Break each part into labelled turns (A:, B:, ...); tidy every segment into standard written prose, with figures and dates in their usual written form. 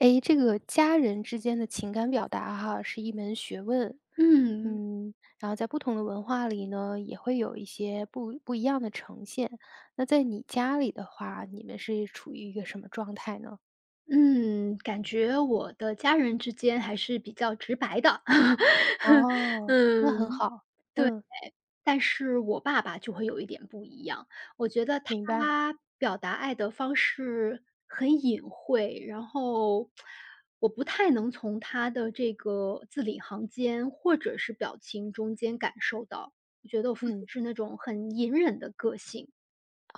A: 诶，这个家人之间的情感表达哈，是一门学问。
B: 嗯。
A: 嗯，然后在不同的文化里呢，也会有一些不一样的呈现。那在你家里的话，你们是处于一个什么状态呢？
B: 嗯，感觉我的家人之间还是比较直白的。
A: 哦，那很
B: 嗯，
A: 好，嗯，
B: 但是我爸爸就会有一点不一样，我觉得
A: 明白，
B: 他表达爱的方式很隐晦，然后我不太能从他的这个字里行间或者是表情中间感受到，我觉得我父亲
A: 嗯。
B: 是那种很隐忍的个性。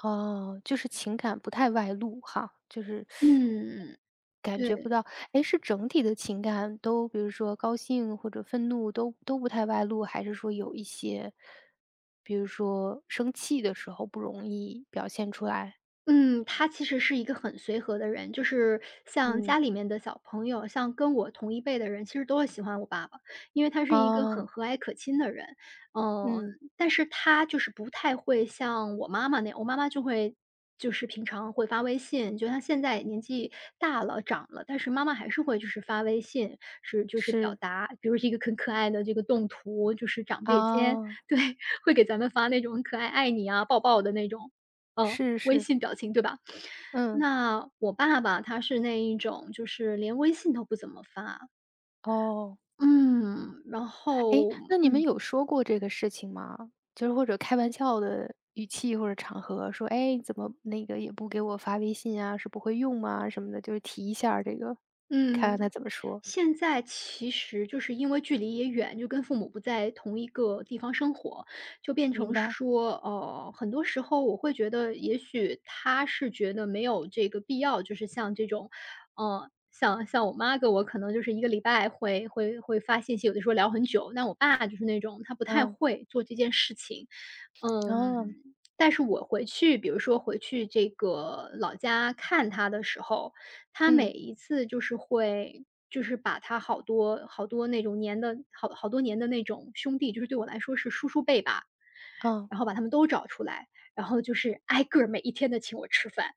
A: 哦，就是情感不太外露哈，就是
B: 嗯，
A: 感
B: 对。
A: 觉不到。哎，是整体的情感都，比如说高兴或者愤怒都不太外露，还是说有一些，比如说生气的时候不容易表现出来？
B: 嗯，他其实是一个很随和的人，就是像
A: 嗯。
B: 家里面的小朋友，像跟我同一辈的人，其实都会喜欢我爸爸，因为他是一个很
A: 啊，
B: 和蔼可亲的人。嗯，
A: 嗯，
B: 但是他就是不太会像我妈妈那样，我妈妈就会就是平常会发微信，就像现在年纪大了，长了，但是妈妈还是会就是发微信，是就是表
A: 是，
B: 达，比如是一个很可爱的这个动图，就是长辈间，
A: 啊，
B: 对，会给咱们发那种很可爱爱你啊，抱抱的那种。嗯，
A: 是
B: 微
A: 是，
B: 信表情，对吧？
A: 嗯，
B: 那我爸爸他是那一种，就是连微信都不怎么发。
A: 哦。
B: 嗯，然
A: 诶，
B: 后
A: 那你们
B: 嗯
A: 有说过这个事情吗？就是或者开玩笑的语气或者场合说：“哎，怎么那个也不给我发微信啊，是不会用吗？”什么的，就是提一下儿这个，看看他
B: 嗯，
A: 怎么说。
B: 现在其实就是因为距离也远，就跟父母不在同一个地方生活，就变
A: 明
B: 成
A: 白，
B: 说，很多时候我会觉得，也许他是觉得没有这个必要，就是像这种，像我妈跟我可能就是一个礼拜会发信息，有的时候聊很久，但我爸就是那种他不太
A: 嗯，
B: 会做这件事情。嗯，
A: 哦，
B: 但是我回去比如说回去这个老家看他的时候，他每
A: 嗯，
B: 一次就是会就是把他好多好多那种年的好多年的那种兄弟，就是对我来说是叔叔辈吧，
A: 嗯，
B: 然后把他们都找出来，然后就是挨个儿每一天的请我吃饭。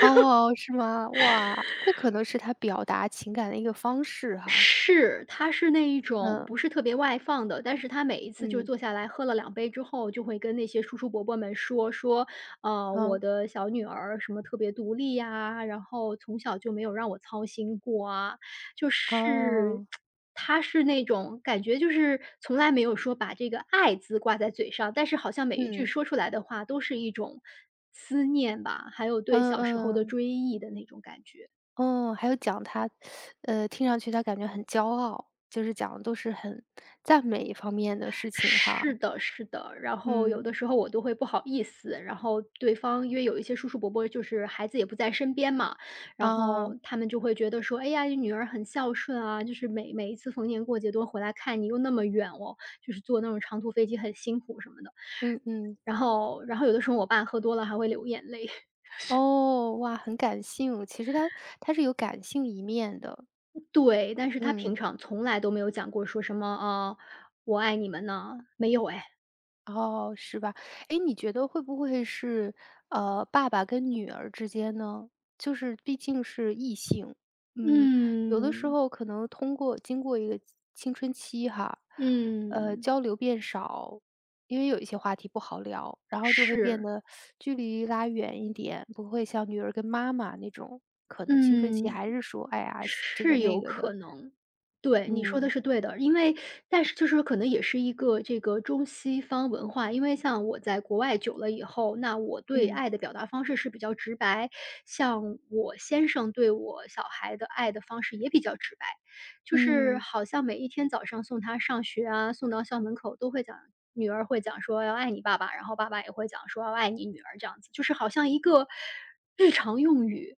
A: 哦，是吗？哇，这可能是他表达情感的一个方式哈。
B: 是，他是那一种不
A: 嗯，
B: 是特别外放的，但是他每一次就
A: 嗯，
B: 坐下来喝了两杯之后，就会跟那些叔叔伯伯们说，我
A: 嗯，
B: 的小女儿什么特别独立呀，然后从小就没有让我操心过啊。就是
A: 哦，
B: 他是那种感觉就是从来没有说把这个“爱”字挂在嘴上，但是好像每一句
A: 嗯，
B: 说出来的话都是一种思念吧，还有对
A: 嗯
B: 小时候的
A: 嗯。
B: 追忆的那种感觉。
A: 哦，还有讲他，听上去他感觉很骄傲，就是讲的都是很赞美方面的事情
B: 是
A: 哈。
B: 的是的，然后有的
A: 嗯，
B: 时候我都会不好意思，然后对方因为有一些叔叔伯伯就是孩子也不在身边嘛，然
A: 啊，
B: 后他们就会觉得说：“哎呀，你女儿很孝顺啊，就是每一次逢年过节都回来看你，又那么远哦，就是坐那种长途飞机很辛苦什么的。”
A: 嗯嗯，
B: 然后有的时候我爸喝多了还会流眼泪，
A: 哦，哇，很感性，其实他是有感性一面的，
B: 对，但是他平
A: 嗯。
B: 常从来都没有讲过说什么啊，“我爱你们”呢，没有哎。
A: 哦，是吧？哎，你觉得会不会是，爸爸跟女儿之间呢？就是毕竟是异性，嗯，有的时
B: 嗯，
A: 候可能通过经过一个青春期哈，
B: 嗯，
A: 交流变少，因为有一些话题不好聊，然后就会变
B: 是，
A: 得距离拉远一点，不会像女儿跟妈妈那种，可能青春期
B: 嗯。
A: 还是说，哎呀，这个
B: 是
A: 那
B: 有
A: 个
B: 可
A: 的，
B: 能，对，你说的
A: 嗯
B: 是对的。因为但是就是可能也是一个这个中西方文化，因为像我在国外久了以后，那我对
A: 嗯
B: 爱的表达方式是比较直白，像我先生对我小孩的爱的方式也比较直白。就是
A: 嗯，
B: 好像每一天早上送他上学啊，送到校门口都会讲女儿会讲说要爱你爸爸，然后爸爸也会讲说要爱你女儿这样子，就是好像一个日常用语。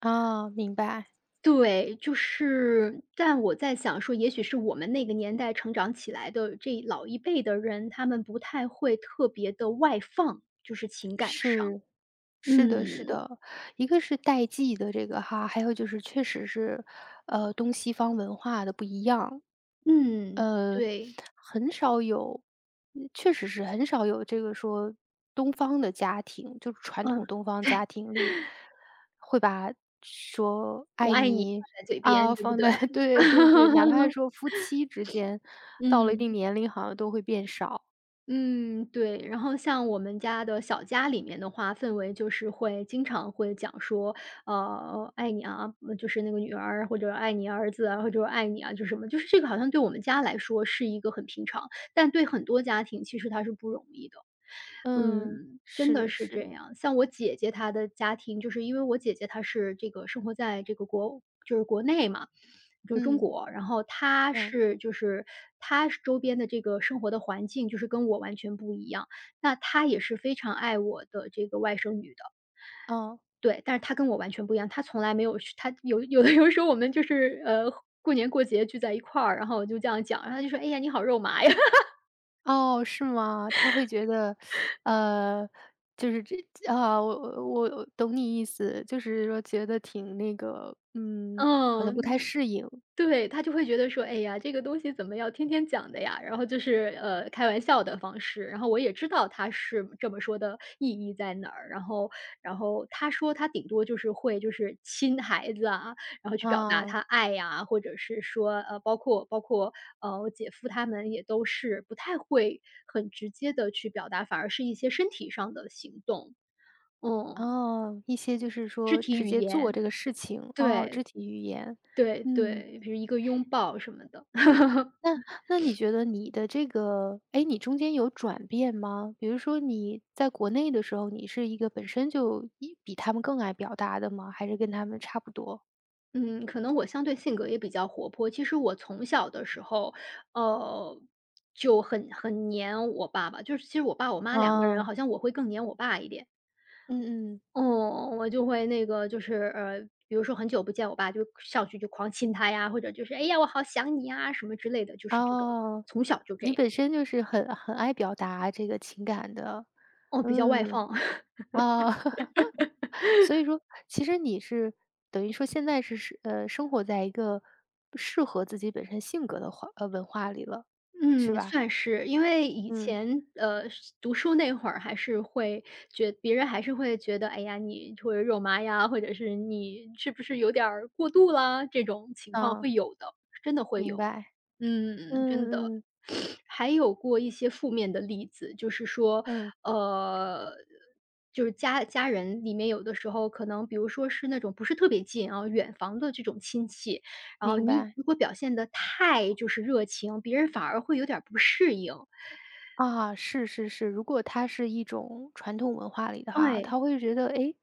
A: 啊，明白。
B: 对，就是，但我在想说，也许是我们那个年代成长起来的这老一辈的人，他们不太会特别的外放，就是情感上。
A: 是，是的，是
B: 嗯，
A: 的，一个是代际的这个哈，还有就是确实是，东西方文化的不一样，
B: 嗯，
A: 呃，
B: 对，
A: 很少有，嗯确实是很少有这个说东方的家庭，就是传
B: 嗯，
A: 统东 方
B: 对，
A: 家庭里会把说
B: “我
A: 爱
B: 爱你”挂
A: 你
B: 在嘴边，
A: 啊
B: 对不
A: 放
B: 对？
A: 在 对对对，哪怕是说 夫妻之间，到了一
B: 嗯。
A: 定年龄好像都会变少，
B: 嗯，对。然后像我们家的小家里面的话，氛围就是会经常会讲说，爱你啊”，就是那个女儿或者“爱你儿子啊”，或者“爱你啊”，就是什么，就是这个好像对我们家来说是一个很平常，但对很多家庭其实它是不容易的。
A: 嗯，
B: 嗯，真的
A: 是
B: 是这
A: 是，
B: 样。像我姐姐她的家庭，就是因为我姐姐她是这个生活在这个就是国内嘛。就是中
A: 嗯
B: 国，然后他
A: 嗯。
B: 是就是他是周边的这个生活的环境就是跟我完全不一样，那他也是非常爱我的这个外甥女的，
A: 哦，
B: 对，但是他跟我完全不一样，他从来没有去他有时候我们就是过年过节聚在一块儿，然后我就这样讲，然后他就说：“哎呀，你好肉麻呀。
A: 哦，是吗？他会觉得，呃，就是这啊，我我懂你意思，就是说觉得挺那个，嗯，好像不太
B: 嗯。
A: 适应
B: 对，他就会觉得说：“哎呀，这个东西怎么要天天讲的呀？”然后就是，开玩笑的方式，然后我也知道他是这么说的意义在哪儿，然后他说他顶多就是会就是亲孩子啊，然后去表达
A: 啊，
B: 他爱呀，或者是说，包括，我姐夫他们也都是不太会很直接的去表达，反而是一些身体上的行动。嗯，
A: 哦，一些就是
B: 肢
A: 说
B: 体
A: 直
B: 语
A: 接做
B: 言，
A: 这个事情，哦，
B: 对，
A: 肢体语言，
B: 对
A: 嗯，
B: 对，比如一个拥抱什么的。
A: 那你觉得你的这个，哎，你中间有转变吗？比如说你在国内的时候，你是一个本身就一比他们更爱表达的吗？还是跟他们差不多？
B: 嗯，可能我相对性格也比较活泼。其实我从小的时候，呃，就很黏我爸爸，就是其实我爸我妈两个人，
A: 啊，
B: 好像我会更黏我爸一点。
A: 嗯嗯。
B: 哦，我就会那个就是比如说很久不见我爸，就上去就狂亲他呀，或者就是哎呀我好想你呀什么之类的，就是这种，
A: 哦，
B: 从小就这
A: 你
B: 样。
A: 本身就是很爱表达这个情感的，
B: 哦，比较外
A: 嗯，
B: 放。
A: 哦，所以说其实你是等于说现在是生活在一个适合自己本身性格的化呃，文化里了，是
B: 嗯，
A: 吧？
B: 算是。因为以
A: 嗯，
B: 前，读书那会儿还是会别人还是会觉得，哎呀，你或者肉麻呀，或者是你是不是有点儿过度啦，这种情况
A: 啊，
B: 会有的，真的会
A: 明
B: 有的
A: 白，
B: 嗯，真的。
A: 嗯嗯
B: 还有过一些负面的例子，就是说，
A: 嗯，
B: 呃，就是家人里面有的时候可能比如说是那种不是特别近啊，远房的这种亲戚，然后
A: 明
B: 你
A: 白。
B: 如果表现得太就是热情，别人反而会有点儿不适应。
A: 啊，是是是，如果它是一种传统文化里的哈，
B: 哎，
A: 他会觉得，诶，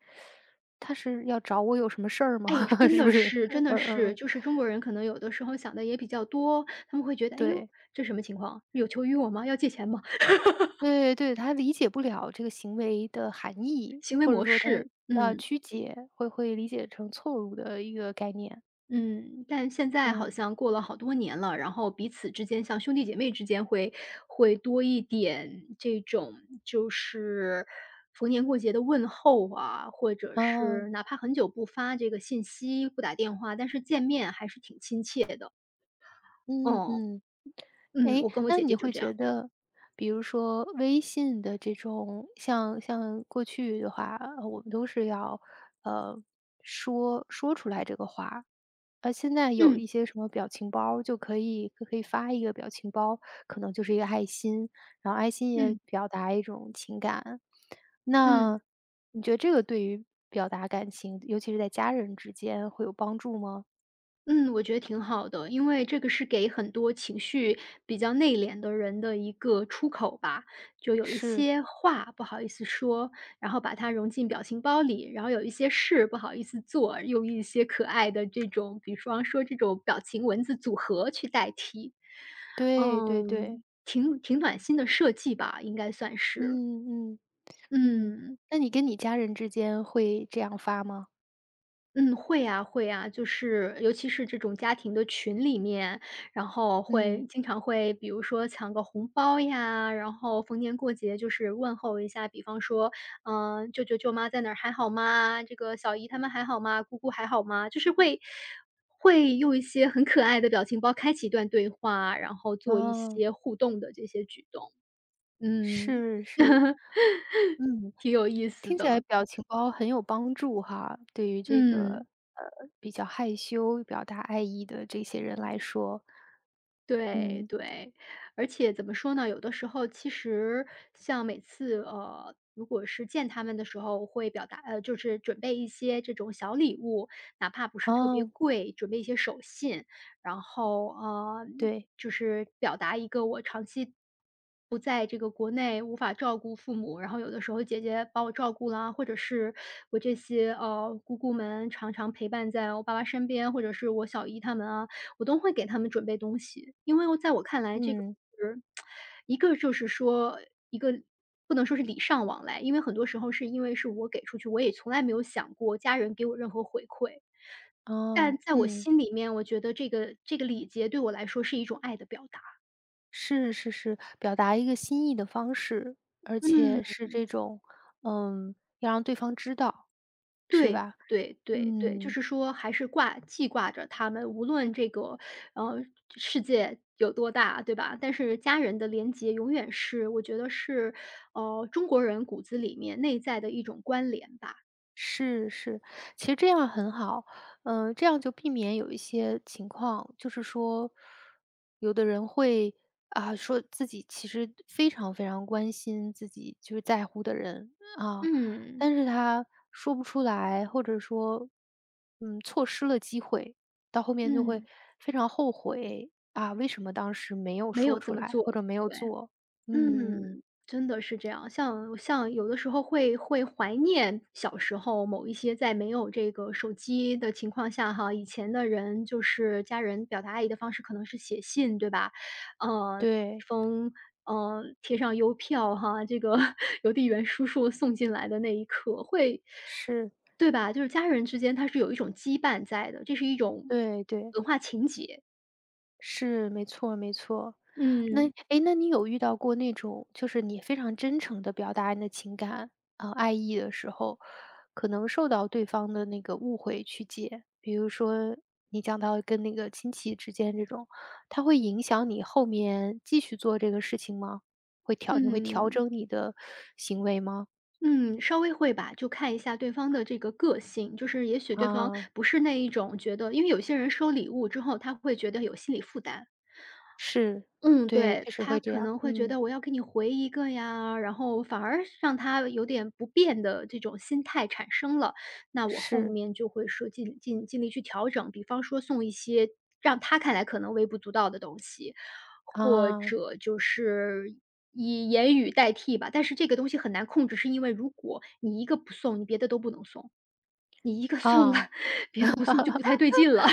A: 他是要找我有什么事儿吗？
B: 哎，真
A: 是不
B: 的
A: 是？
B: 是真
A: 嗯
B: 的
A: 嗯
B: 是，
A: 嗯，
B: 就是中国人可能有的时候想的也比较多，他们会觉得，哎呦，
A: 对。
B: 这什么情况？有求于我吗？要借钱吗？
A: 对对，他理解不了这个行为的含义，
B: 行为
A: 或者
B: 模
A: 说他
B: 式。
A: 呃
B: 嗯，
A: 曲解，会理解成错误的一个概念。
B: 嗯，但现在好
A: 嗯，
B: 像过了好多年了，然后彼此之间像兄弟姐妹之间会多一点这种就是逢年过节的问候啊，或者是
A: 啊
B: 哪怕很久不发这个信息、不打电话，但是见面还是挺亲切的。
A: 嗯
B: 哦，
A: 嗯，
B: 嗯，
A: 哎，
B: 我跟我
A: 那
B: 姐姐
A: 你
B: 就是
A: 会
B: 这
A: 觉
B: 样。
A: 得，比如说微信的这种，像过去的话，呃我们都是要呃说说出来这个话。呃，现在有
B: 嗯，
A: 一些什么表情包儿就可以发一个表情包，可能就是一个爱心，然后爱心也
B: 嗯，
A: 表达一种情感，
B: 嗯。
A: 那你觉得这个对于表达感情，尤其是在家人之间会有帮助吗？
B: 嗯，我觉得挺好的，因为这个是给很多情绪比较内敛的人的一个出口吧。就有一
A: 是。
B: 些话不好意思说，然后把它融进表情包里，然后有一些事不好意思做，用一些可爱的这种，比方说这种表情文字组合去代替。
A: 对对对，
B: 嗯，挺暖心的设计吧，应该算是。
A: 嗯嗯嗯，
B: 嗯。
A: 那你跟你家人之间会这样发吗？
B: 嗯，会啊会啊，就是尤其是这种家庭的群里面，然后会
A: 嗯，
B: 经常会比如说抢个红包呀，然后逢年过节就是问候一下，比方说，嗯、舅舅舅妈在哪儿还好吗？这个小姨他们还好吗？姑姑还好吗？就是会用一些很可爱的表情包开启一段对话，然后做一
A: 哦，
B: 些互动的这些举动。嗯，
A: 是是，嗯，
B: 挺有意思
A: 听起来
B: 的。
A: 表情包很有帮助哈，对于这
B: 嗯。
A: 个，比较害羞表达爱意的这些人来说，
B: 对
A: 嗯，
B: 对，而且怎么说呢？有的时候其实像每次如果是见他们的时候，会表达就是准备一些这种小礼物，哪怕不是特别
A: 哦，
B: 贵，准备一些手信，然后
A: 对，
B: 就是表达一个我长期不在这个国内无法照顾父母，然后有的时候姐姐把我照顾了，或者是我这些姑姑们常常陪伴在我爸爸身边，或者是我小姨他们啊，我都会给他们准备东西。因为在我看来，这个
A: 嗯，
B: 是一个就是说一个不能说是礼尚往来，因为很多时候是因为是我给出去，我也从来没有想过家人给我任何回馈。
A: 哦，
B: 但在我
A: 嗯。
B: 心里面，我觉得这个礼节对我来说是一种爱的表达。
A: 是是是，表达一个心意的方式，而
B: 嗯。
A: 且是这种，嗯，要让对方知道，是
B: 对
A: 吧？
B: 对对对，就
A: 嗯。
B: 是说还是挂记挂着他们，无论这个，呃，世界有多大，对吧？但是家人的连结永远是我觉得是，中国人骨子里面内在的一种关联吧。
A: 是是，其实这样很好，嗯，这样就避免有一些情况，就是说，有的人会啊说自己其实非常非常关心自己就是在乎的人啊，
B: 嗯，
A: 但是他说不出来，或者说，嗯，错失了机会，到后面就会
B: 嗯，
A: 非常后悔啊，为什么当时没有
B: 没
A: 说
B: 有这
A: 出
B: 么
A: 来或
B: 做，
A: 者没有
B: 对。
A: 做？
B: 嗯，
A: 嗯嗯，
B: 真的是这样。像有的时候会怀念小时候某一些在没有这个手机的情况下哈，以前的人就是家人表达爱意的方式可能是写信，对吧？呃
A: 对，
B: 贴上邮票哈，这个 邮递员叔叔送进来的那一刻，会，
A: 是，
B: 对吧？就是家人之间它是有一种羁绊在的，这是一种
A: 对对。
B: 文化情节。
A: 是，没错没错。那
B: 嗯
A: 诶，那你有遇到过那种，就是你非常真诚地表达你的情感，爱意的时候，可能受到对方的那个误会去解？比如说你讲到跟那个亲戚之间这种，它会影响你后面继续做这个事情吗？你会调
B: 嗯。
A: 整你的行为吗？
B: 嗯，稍微会吧，就看一下对方的这个个性，就是也许对方
A: 啊，
B: 不是那一种觉得因为有些人收礼物之后，他会觉得有心理负担，
A: 是，
B: 嗯，
A: 对，
B: 对，
A: 确实
B: 他
A: 会这
B: 可
A: 样，
B: 能会觉
A: 嗯，
B: 得我要给你回一个呀，然后反而让他有点不便的这种心态产生了。那我后
A: 是，
B: 面就会说尽力去调整，比方说送一些让他看来可能微不足道的东西，或
A: 啊，
B: 者就是以言语代替吧。但是这个东西很难控制，是因为如果你一个不送，你别的都不能送，你一个 送了，
A: 啊。
B: 别的不送就不太对劲了。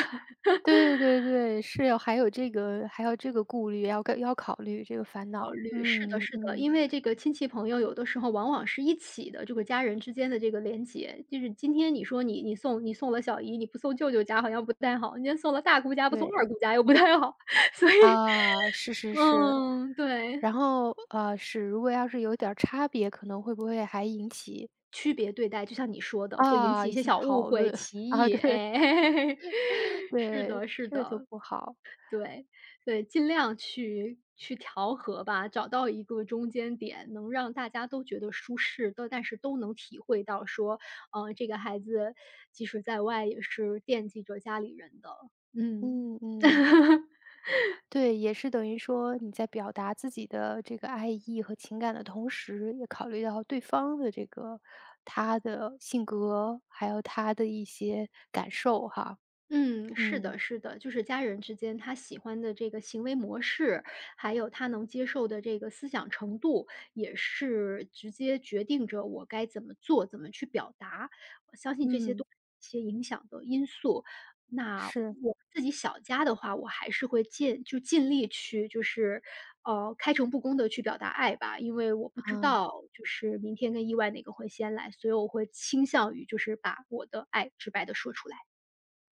A: 对对对对，是有还有这个还有这个顾虑，要考虑这个烦
B: 考
A: 恼。
B: 虑，是的，
A: 嗯
B: 是的，
A: 嗯，
B: 因为这个亲戚朋友有的时候往往是一起的，这个家人之间的这个连结，就是今天你说你送你送了小姨，你不送舅舅家好像不太好，你今天送了大姑家不送二
A: 对，
B: 姑家又不太好，所以
A: 啊，是是是。
B: 嗯，对，
A: 然后，是如果要是有点儿差别，可能会不会还引起
B: 区别对待，就像你说的，会引
A: 啊，
B: 起一
A: 一
B: 些
A: 起
B: 小误
A: 讨
B: 会、
A: 论
B: 歧
A: 啊，
B: 义，
A: 对
B: 哎，是
A: 对，
B: 的，是
A: 这个就
B: 的。
A: 不好。
B: 对，对，尽量去调和吧，找到一个中间点，能让大家都觉得舒适的，但是都能体会到说，这个孩子即使在外也是惦记着家里人的，嗯。
A: 嗯嗯。对，也是等于说你在表达自己的这个爱意和情感的同时，也考虑到对方的这个他的性格，还有他的一些感受哈。
B: 嗯，是
A: 嗯
B: 的，是的，就是家人之间他喜欢的这个行为模式，还有他能接受的这个思想程度，也是直接决定着我该怎么做，怎么去表达。我相信这些都
A: 嗯，
B: 是一些影响的因素。那
A: 是
B: 我自己小家的话，我还是会尽力去，就是开诚布公的去表达爱吧，因为我不知
A: 啊，
B: 道就是明天跟意外哪个会先来，所以我会倾向于就是把我的爱直白的说出来。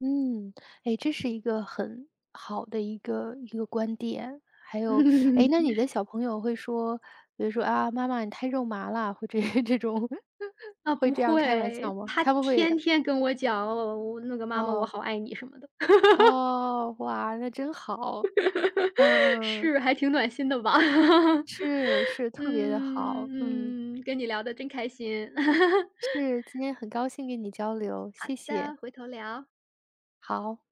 A: 嗯，哎，这是一个很好的一个观点。还有，哎，那你 的小朋友会说，比如说啊，妈妈你太肉麻了，或者 这种，
B: 啊，
A: 会
B: 不
A: 这样开玩
B: 会，
A: 笑吗？
B: 他
A: 他们会
B: 天天跟我讲，哦，我那个“妈妈，我
A: 哦，
B: 好爱你”什么的，
A: 哦，哇，那真好。嗯，
B: 是，还挺暖心的吧。
A: 是是，特别的好。嗯，
B: 嗯，嗯，跟你聊的真开心。
A: 是，今天很高兴跟你交流，
B: 好
A: 谢
B: 的，
A: 谢，
B: 回头聊。
A: 好。